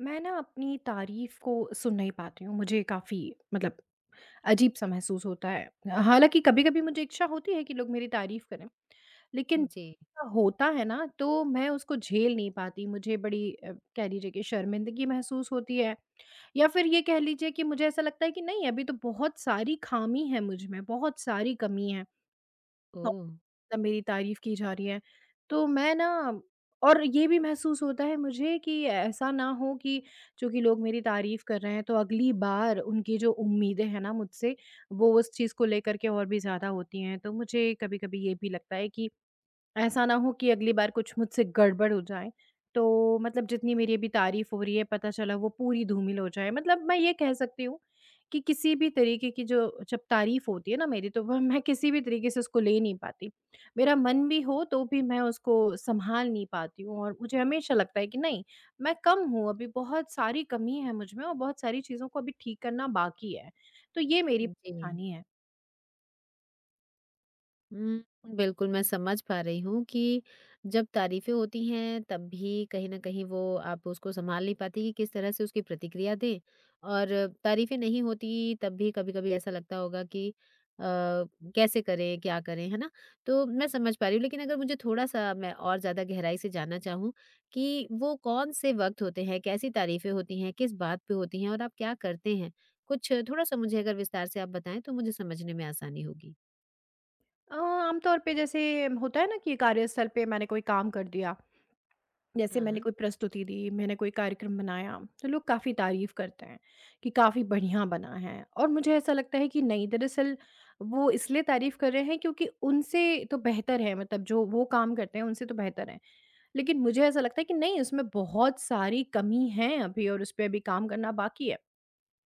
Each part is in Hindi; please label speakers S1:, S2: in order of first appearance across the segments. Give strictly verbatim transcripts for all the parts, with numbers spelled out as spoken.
S1: मैं ना अपनी तारीफ़ को सुन नहीं पाती हूँ। मुझे काफ़ी मतलब अजीब-सा महसूस होता है। हालाँकि कभी-कभी मुझे इच्छा होती है कि लोग मेरी तारीफ़ करें। लेकिन
S2: जी।
S1: ऐसा होता है ना तो मैं उसको झेल नहीं पाती। मुझे बड़ी अ, कह लीजिए कि शर्मिंदगी महसूस होती है, या फिर ये कह लीजिए कि मुझे ऐसा लगता है कि नहीं, अभी तो बहुत सारी ख़ामी है मुझ में, बहुत सारी कमी है।
S2: ओह!
S1: मतलब मेरी तारीफ़ की जा रही है। तो मैं ना और ये भी महसूस होता है मुझे कि ऐसा ना हो कि चूँकि लोग मेरी तारीफ़ कर रहे हैं, तो अगली बार उनकी जो उम्मीदें हैं ना मुझसे, वो उस चीज़ को लेकर के और भी ज़्यादा होती हैं। तो मुझे कभी-कभी ये भी लगता है कि ऐसा ना हो कि अगली बार कुछ मुझसे गड़बड़ हो जाए। तो मतलब जितनी मेरी अभी तारीफ़ हो रही है, पता चला वो पूरी धूमिल हो जाए। मतलब मैं ये कह सकती हूँ कि किसी भी तरीके की जो जब तारीफ़ होती है ना मेरी, तो वह मैं किसी भी तरीके से उसको ले नहीं पाती। मेरा मन भी हो, तो भी मैं उसको सँभाल नहीं पाती हूँ और मुझे हमेशा लगता है कि नहीं, मैं कम हूँ, अभी बहुत सारी कमी है मुझ में और बहुत सारी चीज़ों को अभी ठीक करना बाकी है। तो ये मेरी
S2: जी।
S1: परेशानी है।
S2: हुँ, बिल्कुल मैं समझ पा रही हूँ कि जब तारीफ़ें होती हैं तब भी कहीं न कहीं वो आप उसको सँभाल नहीं पाती कि किस तरह से उसकी प्रतिक्रिया दें, और तारीफ़ें नहीं होती तब भी कभी-कभी ऐसा लगता होगा कि अ, कैसे करें, क्या करें, है ना? तो मैं समझ पा रही हूँ, लेकिन अगर मुझे थोड़ा-सा मैं और ज़्यादा गहराई से जानना चाहूँ कि वो कौन से वक़्त होते हैं, कैसी तारीफ़ें होती हैं, किस बात पे होती हैं और आप क्या करते हैं? कुछ थोड़ा-सा मुझे अगर विस्तार से आप बताएँ, तो मुझे समझने में आसानी होगी।
S1: अ, आम तौर पे जैसे होता है ना कि कार्यस्थल पे मैंने कोई काम कर दिया। जैसे मैंने
S2: हाँ,
S1: कोई प्रस्तुति दी, मैंने कोई कार्यक्रम बनाया, तो लोग काफ़ी तारीफ़ करते हैं कि काफ़ी बढ़िया बना है, और मुझे ऐसा लगता है कि नहीं, दरअसल वो इसलिए तारीफ़ कर रहे हैं क्योंकि उनसे तो बेहतर है, मतलब जो वो काम करते हैं, उनसे तो बेहतर है। लेकिन मुझे ऐसा लगता है कि नहीं, उसमें बहुत सारी कमी है अभी और उस पे अभी काम करना बाकी है।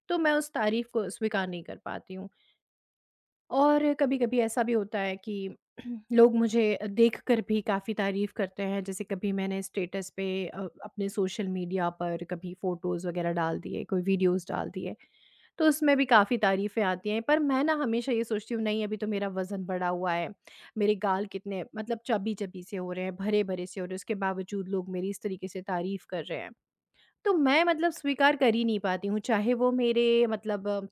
S1: तो मैं उस तारीफ़ को स्वीकार नहीं कर पाती हूँ। और कभी-कभी ऐसा भी होता है कि लोग मुझे देखकर भी काफ़ी तारीफ़ करते हैं। जैसे कभी मैंने स्टेटस पे अ, अपने सोशल मीडिया पर कभी फ़ोटोज़ वग़ैरह डाल दिए, कोई वीडियोज़ डाल दिए, तो उसमें भी काफ़ी तारीफ़ें आती हैं। पर मैं ना हमेशा ये सोचती हूँ, नहीं अभी तो मेरा वज़न बढ़ा हुआ है, मेरे गाल कितने मतलब चबी-चबी से हो रहे हैं, भरे-भरे से हो रहे हैं, उसके बावजूद लोग मेरी इस तरीके से तारीफ़ कर रहे हैं। तो मैं मतलब स्वीकार कर ही नहीं पाती हूँ, चाहे वो मेरे मतलब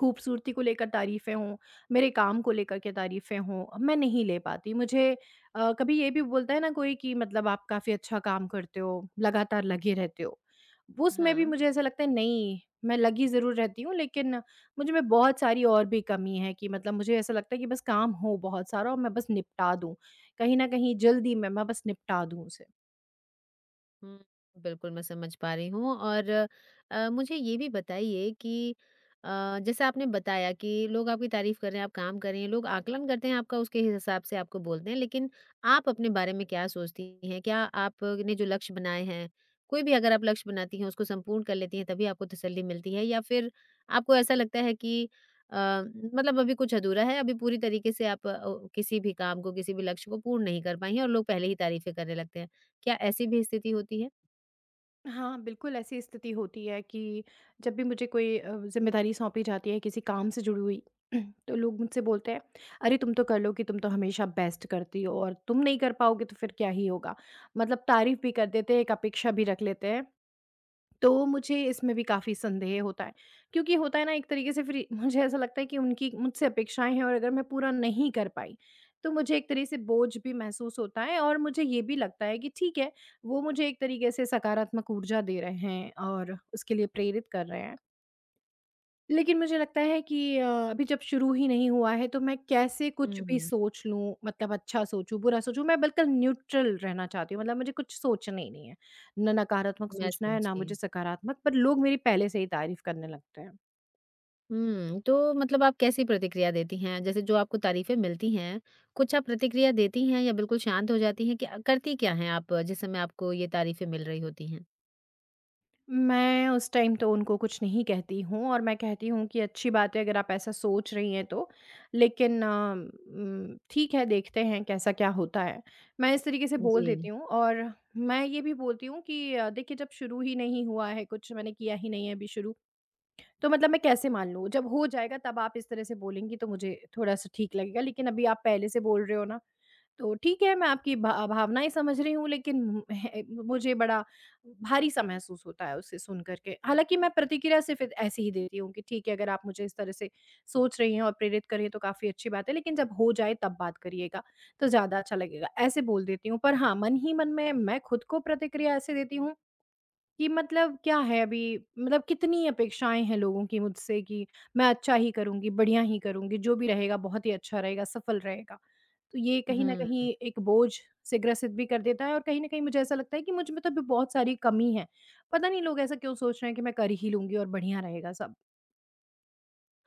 S1: खूबसूरती को लेकर तारीफ़ें हों, मेरे काम को लेकर के तारीफ़ें हों, मैं नहीं ले पाती। मुझे अ, कभी ये भी बोलता है ना कोई कि मतलब आप काफ़ी अच्छा काम करते हो, लगातार लगे रहते हो। उसमें भी
S2: हाँ।
S1: मुझे ऐसा लगता है नहीं, मैं लगी ज़रूर रहती हूँ, लेकिन मुझ में बहुत सारी और भी कमी है। कि मतलब मुझे ऐसा लगता है कि बस काम हो बहुत सारा और मैं बस निपटा दूँ। कहीं न कहीं जल्दी में मैं बस निपटा दूँ उसे।
S2: हुँ, बिल्कुल मैं समझ पा रही हूँ। और अ, मुझे ये भी बताइए कि अ, जैसे आपने बताया कि लोग आपकी तारीफ़ कर रहे हैं, आप काम कर रही हैं, लोग आकलन करते हैं आपका, उसके हिसाब से आपको बोलते हैं, लेकिन आप अपने बारे में क्या सोचती हैं? क्या आपने जो लक्ष्य बनाए हैं, कोई भी अगर आप लक्ष्य बनाती हैं उसको संपूर्ण कर लेती हैं तभी आपको तसल्ली मिलती है, या फिर आपको ऐसा लगता है कि अ, मतलब अभी कुछ अधूरा है, अभी पूरी तरीके से आप अ, किसी भी काम को, किसी भी लक्ष्य को पूर्ण नहीं कर पाई हैं और लोग पहले ही तारीफ़ें करने लगते हैं? क्या ऐसी भी स्थिति होती है?
S1: हाँ, बिल्कुल ऐसी स्थिति होती है कि जब भी मुझे कोई अ, ज़िम्मेदारी सौंपी जाती है किसी काम से जुड़ी हुई, तो लोग मुझसे बोलते हैं, "अरे, तुम तो कर लोगी, तुम तो हमेशा बेस्ट करती हो और तुम नहीं कर पाओगे तो फिर क्या ही होगा?" मतलब तारीफ़ भी कर देते हैं, एक अपेक्षा भी रख लेते हैं। तो मुझे इसमें भी काफ़ी संदेह होता है, क्योंकि होता है ना एक तरीके से फिर मुझे ऐसा लगता है कि उनकी मुझसे अपेक्षाएँ हैं और अगर मैं पूरा नहीं कर पाई, तो मुझे एक तरीके से बोझ भी महसूस होता है। और मुझे ये भी लगता है कि ठीक है, वो मुझे एक तरीके से सकारात्मक ऊर्जा दे रहे हैं और उसके लिए प्रेरित कर रहे हैं। लेकिन मुझे लगता है कि अ, अभी जब शुरू ही नहीं हुआ है, तो मैं कैसे कुछ भी
S2: हुँ।
S1: सोच लूँ? मतलब अच्छा सोचूँ, बुरा सोचूँ, मैं बिल्कुल न्यूट्रल रहना चाहती हूँ। मतलब मुझे कुछ सोचना ही नहीं है। ना नकारात्मक
S2: मैं
S1: सोचना है, ना
S2: समझी।
S1: मुझे सकारात्मक, पर लोग मेरी पहले से ही तारीफ़ करने लगते हैं।
S2: हुँ, तो मतलब आप कैसी प्रतिक्रिया देती हैं? जैसे जो आपको तारीफ़ें मिलती हैं, कुछ आप प्रतिक्रिया देती हैं या बिल्कुल शांत हो जाती हैं? क्या करती क्या हैं आप जिस समय आपको ये तारीफ़ें मिल रही होती हैं?
S1: मैं उस टाइम तो उनको कुछ नहीं कहती हूँ और मैं कहती हूँ कि अच्छी बात है अगर आप ऐसा सोच रही हैं, तो लेकिन अ, उम, ठीक है, देखते हैं कैसा क्या होता है। मैं इस तरीके से बोल
S2: जी।
S1: देती हूँ। और मैं ये भी बोलती हूँ कि अ, देखिए, जब शुरू ही नहीं हुआ है, कुछ मैंने किया ही नहीं है अभी शुरू, तो मतलब मैं कैसे मान लूँ? जब हो जाएगा तब आप इस तरह से बोलेंगी तो मुझे थोड़ा-सा ठीक लगेगा, लेकिन अभी आप पहले से बोल रहे हो ना, तो ठीक है मैं आपकी भा भावनाएँ समझ रही हूँ लेकिन उम, है, मुझे बड़ा भारी-सा महसूस होता है उसे सुन कर के। हालाँकि मैं प्रतिक्रिया सिर्फ़ ऐसे ही देती हूँ कि ठीक है, अगर आप मुझे इस तरह से सोच रही हैं और प्रेरित कर रही हैं तो काफ़ी अच्छी बात है, लेकिन जब हो जाए तब बात करिएगा, तो ज़्यादा अच्छा लगेगा, ऐसे बोल देती हूँ। पर हाँ, मन ही मन में मैं खुद को प्रतिक्रिया ऐसे देती हूँ कि मतलब क्या है अभी, मतलब कितनी अपेक्षाएँ हैं लोगों की मुझसे कि मैं अच्छा ही करूँगी, बढ़िया ही करूँगी, जो भी रहेगा बहुत ही अच्छा रहेगा, सफल रहेगा। तो ये कहीं न कहीं
S2: हुँ।
S1: एक बोझ से ग्रसित भी कर देता है, और कहीं न कहीं मुझे ऐसा लगता है कि मुझ में तो अभी बहुत सारी कमी है। पता नहीं लोग ऐसा क्यों सोच रहे हैं कि मैं कर ही लूँगी और बढ़िया रहेगा सब।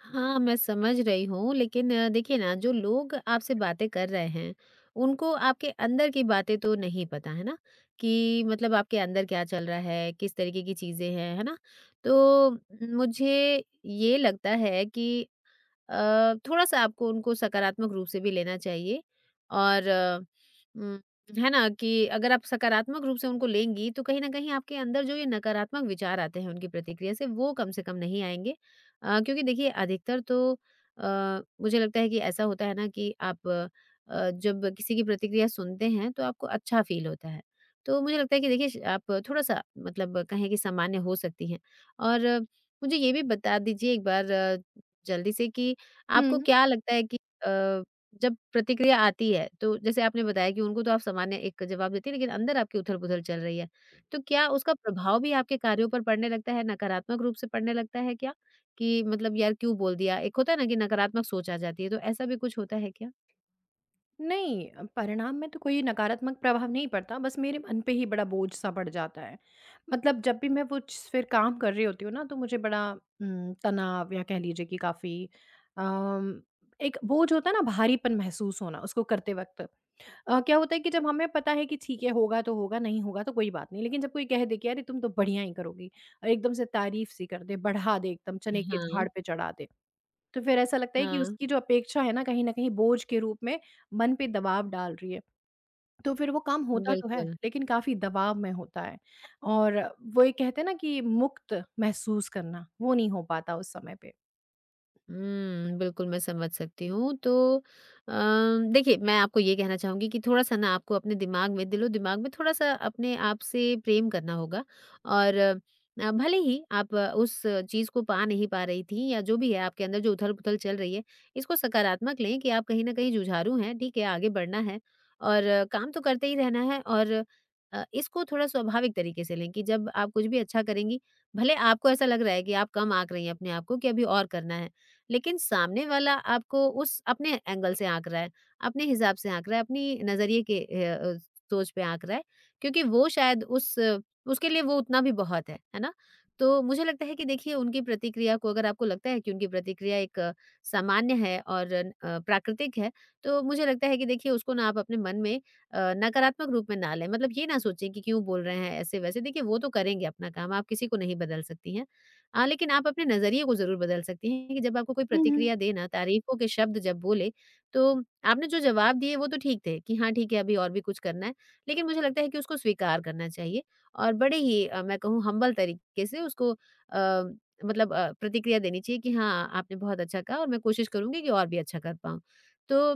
S2: हाँ, मैं समझ रही हूँ, लेकिन अ, देखिए ना, जो लोग आपसे बातें कर रहे हैं, उनको आपके अंदर की बातें तो नहीं पता, है ना? कि मतलब आपके अंदर क्या चल रहा है, किस तरीके की चीज़ें हैं, है ना? तो मुझे ये लगता है कि अ, थोड़ा-सा आपको उनको सकारात्मक रूप से भी लेना चाहिए। और अ, उम, है ना कि अगर आप सकारात्मक रूप से उनको लेंगी, तो कहीं न कहीं आपके अंदर जो ये नकारात्मक विचार आते हैं उनकी प्रतिक्रिया से, वो कम से कम नहीं आएँगे। अ, क्योंकि देखिए, अधिकतर तो अ, मुझे लगता है कि ऐसा होता है ना कि आप अ, जब किसी की प्रतिक्रिया सुनते हैं, तो आपको अच्छा फ़ील होता है। तो मुझे लगता है कि देखिए, श आप थोड़ा-सा मतलब कहें कि सामान्य हो सकती हैं। और मुझे ये भी बता दीजिए एक बार अ, जल्दी से कि
S1: हुँ।
S2: आपको क्या लगता है कि अ, जब प्रतिक्रिया आती है, तो जैसे आपने बताया कि उनको तो आप सामान्य एक जवाब देती हैं, लेकिन अंदर आपकी उथल-पुथल चल रही है। तो क्या उसका प्रभाव भी आपके कार्यों पर पड़ने लगता है, नकारात्मक रूप से पड़ने लगता है क्या? कि मतलब यार क्यों बोल दिया? एक होता है ना कि नकारात्मक सोच आ जाती है, तो ऐसा भी कुछ होता है क्या?
S1: नहीं, अ, परिणाम में तो कोई नकारात्मक प्रभाव नहीं पड़ता, बस मेरे मन पे ही बड़ा बोझ-सा पड़ जाता है। मतलब जब भी मैं वो च फिर काम कर रही होती हूँ ना, तो मुझे बड़ा उम, तनाव, या कह लीजिए कि काफ़ी अम, एक बोझ होता है ना, भारीपन महसूस होना उसको करते वक़्त। अ, क्या होता है कि जब हमें पता है कि ठीक है, होगा तो होगा, नहीं होगा तो कोई बात नहीं। लेकिन जब कोई कह दे कि, "अरे, तुम तो बढ़िया ही करोगी", और एकदम से तारीफ़-सी कर दे, बढ़ा दे एकदम, चने के
S2: हाँ,
S1: झाड़ पे चढ़ा दे, तो फिर ऐसा लगता है कि
S2: हाँ,
S1: उसकी जो अपेक्षा है ना, कहीं न कहीं बोझ के रूप में मन पे दबाव डाल रही है। तो फिर वो काम होता तो है,
S2: बिल्कुल।
S1: लेकिन काफ़ी दबाव में होता है। और वो ये कहते हैं ना कि मुक्त महसूस करना, वो नहीं हो पाता उस समय पे।
S2: हुँ, बिल्कुल मैं समझ सकती हूँ। तो अ, देखिए, मैं आपको ये कहना चाहूँगी कि थोड़ा-सा ना, आपको अपने दिमाग में, दिलो-दिमाग में थोड़ा-सा अपने आप से प्रेम करना होगा। और अ, भले ही आप अ, उस चीज़ को पा नहीं पा रही थीं, या जो भी है आपके अंदर जो उथल-पुथल चल रही है, इसको सकारात्मक लें कि आप कहीं न कहीं जुझारू हैं, ठीक है? आगे बढ़ना है और अ, काम तो करते ही रहना है। और अ, इसको थोड़ा स्वाभाविक तरीके से लें कि जब आप कुछ भी अच्छा करेंगी, भले आपको ऐसा लग रहा है कि आप कम आँक रही हैं अपने आप को कि अभी और करना है, लेकिन सामने वाला आपको उस अपने एंगल से आँक रहा है, अपने हिसाब से आँक रहा है, अपनी नज़रिए के अ अ, सोच पे आँक रहा है, क्योंकि वो शायद उस उसके लिए वो उतना भी बहुत है, है ना? तो मुझे लगता है कि देखिए, उनकी प्रतिक्रिया को अगर आपको लगता है कि उनकी प्रतिक्रिया एक अ, सामान्य है और अ, प्राकृतिक है, तो मुझे लगता है कि देखिए, उसको ना आप अपने मन में अ, नकारात्मक रूप में ना लें। मतलब ये ना सोचें कि क्यों बोल रहे हैं ऐसे-वैसे, देखिए वो तो करेंगे अपना काम, आप किसी को नहीं बदल सकती हैं। अ, लेकिन आप अपने नज़रिए को ज़रूर बदल सकती हैं कि जब आपको कोई
S1: हुँ, हुँ।
S2: प्रतिक्रिया दे ना, तारीफ़ों के शब्द जब बोले, तो आपने जो जवाब दिए वो तो ठीक थे कि हाँ, ठीक है, अभी और भी कुछ करना है। लेकिन मुझे लगता है कि उसको स्वीकार करना चाहिए, और बड़े ही अ, मैं कहूँ हम्बल तरीके से उसको अ, मतलब अ, प्रतिक्रिया देनी चाहिए कि हाँ, आपने बहुत अच्छा कहा, और मैं कोशिश करूँगी कि और भी अच्छा कर पाऊँ। तो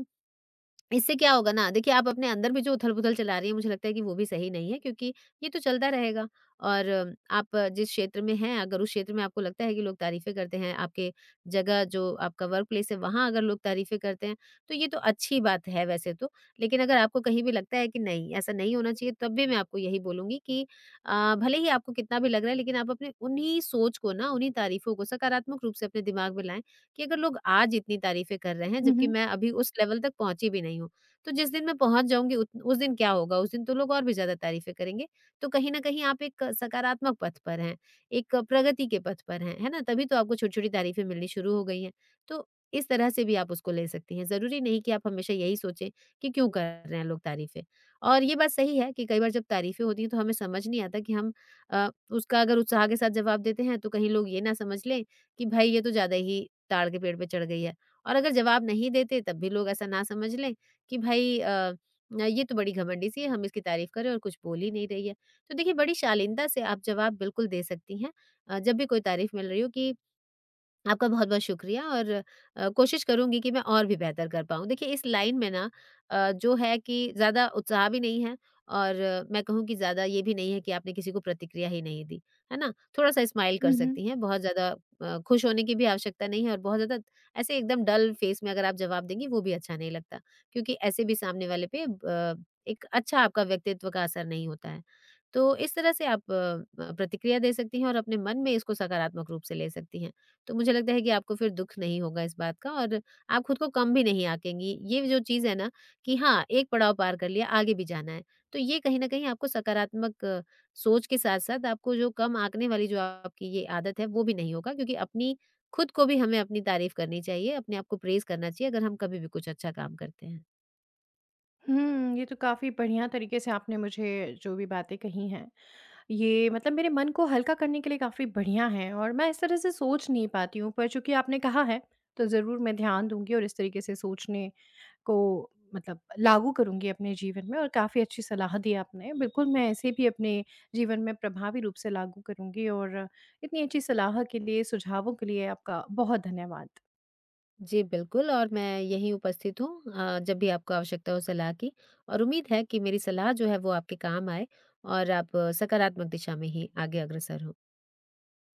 S2: इससे क्या होगा ना, देखिए, आप अपने अंदर में जो उथल-पुथल चला रही हैं, मुझे लगता है कि वो भी सही नहीं है, क्योंकि ये तो चलता रहेगा। और आप जिस क्षेत्र में हैं, अगर उस क्षेत्र में आपको लगता है कि लोग तारीफ़ें करते हैं, आपके जगह जो आपका वर्क प्लेस है वहाँ अगर लोग तारीफ़ें करते हैं, तो ये तो अच्छी बात है वैसे तो। लेकिन अगर आपको कहीं भी लगता है कि नहीं, ऐसा नहीं होना चाहिए, तब भी मैं आपको यही बोलूँगी कि अ, भले ही आपको कितना भी लग रहा है, लेकिन आप अपने उन्हीं सोच को ना, उन्हीं तारीफ़ों को सकारात्मक रूप से अपने दिमाग में लाएँ कि अगर लोग आज इतनी तारीफ़ें कर रहे हैं,
S1: हुँ,
S2: जबकि
S1: हुँ।
S2: मैं अभी उस लेवल तक पहुँची भी नहीं हूँ, तो जिस दिन मैं पहुँच जाऊँगी उत उस दिन क्या होगा? उस दिन तो लोग और भी ज़्यादा तारीफ़ें करेंगे। तो कहीं न कहीं आप एक सकारात्मक पथ पर हैं, एक प्रगति के पथ पर हैं, है ना? तभी तो आपको छोटी-छोटी तारीफ़ें मिलनी शुरू हो गई हैं। तो इस तरह से भी आप उसको ले सकती हैं। ज़रूरी नहीं कि आप हमेशा यही सोचें कि क्यों कर रहे हैं लोग तारीफ़ें। और ये बात सही है कि कई बार जब तारीफ़ें होती हैं, तो हमें समझ नहीं आता कि हम अ, उसका अगर उत्साह के साथ जवाब देते हैं, तो कहीं लोग ये ना समझ लें कि भाई, ये तो ज़्यादा ही ताड़ के पेड़ पे चढ़ गई है। और अगर जवाब नहीं देते, तब भी लोग ऐसा ना समझ लें कि भई, अ, न- ये तो बड़ी घमंडी-सी है, हम इसकी तारीफ़ करें और कुछ बोल ही नहीं रही है। तो देखिए, बड़ी शालीनता से आप जवाब बिल्कुल दे सकती हैं अ, जब भी कोई तारीफ़ मिल रही हो कि आपका बहुत-बहुत शुक्रिया, और अ, कोशिश करूँगी कि मैं और भी बेहतर कर पाऊँ। देखिए, इस लाइन में ना अ, जो है कि ज़्यादा उत्साह भी नहीं है, और अ, मैं कहूँ कि ज़्यादा ये भी नहीं है कि आपने किसी को प्रतिक्रिया ही नहीं दी, है ना? थोड़ा-सा स्माइल
S1: हुँ,
S2: कर
S1: हुँ।
S2: सकती हैं, बहुत ज़्यादा अ, खुश होने की भी आवश्यकता नहीं है, और बहुत ज़्यादा ऐसे एकदम डल फेस में अगर आप जवाब देंगी वो भी अच्छा नहीं लगता, क्योंकि ऐसे भी सामने वाले पे अ, एक अच्छा आपका व्यक्तित्व का असर नहीं होता है। तो इस तरह से आप अ, अ, प्रतिक्रिया दे सकती हैं और अपने मन में इसको सकारात्मक रूप से ले सकती हैं। तो मुझे लगता है कि आपको फिर दुःख नहीं होगा इस बात का, और आप खुद को कम भी नहीं आंकेंगी। ये जो चीज़ है ना कि हाँ, एक पड़ाव पार कर लिया, आगे भी जाना है। तो ये कहीं न कहीं आपको सकारात्मक अ, सोच के साथ-साथ, आपको जो कम आँकने वाली जो आपकी ये आदत है, वो भी नहीं होगा, क्योंकि अपनी खुद को भी हमें अपनी तारीफ़ करनी चाहिए, अपने आप को प्रेज़ करना चाहिए अगर हम कभी भी कुछ अच्छा काम करते हैं।
S1: हुँ, ये तो काफ़ी बढ़िया तरीके से आपने मुझे जो भी बातें कही हैं, ये मतलब मेरे मन को हल्का करने के लिए काफ़ी बढ़िया है। और मैं इस तरह से सोच नहीं पाती हूँ, पर चूँकि आपने कहा है, तो ज़रूर मैं ध्यान दूँगी और इस तरीके से सोचने को मतलब लागू करूँगी अपने जीवन में। और काफ़ी अच्छी सलाह दी आपने। बिल्कुल, मैं ऐसे भी अपने जीवन में प्रभावी रूप से लागू करूँगी। और इतनी अच्छी सलाह के लिए, सुझावों के लिए आपका बहुत धन्यवाद।
S2: जी, बिल्कुल। और मैं यहीं उपस्थित हूँ अ, जब भी आपको आवश्यकता हो सलाह की, और उम्मीद है कि मेरी सलाह जो है वो आपके काम आए और आप अ, सकारात्मक दिशा में ही आगे अग्रसर हों।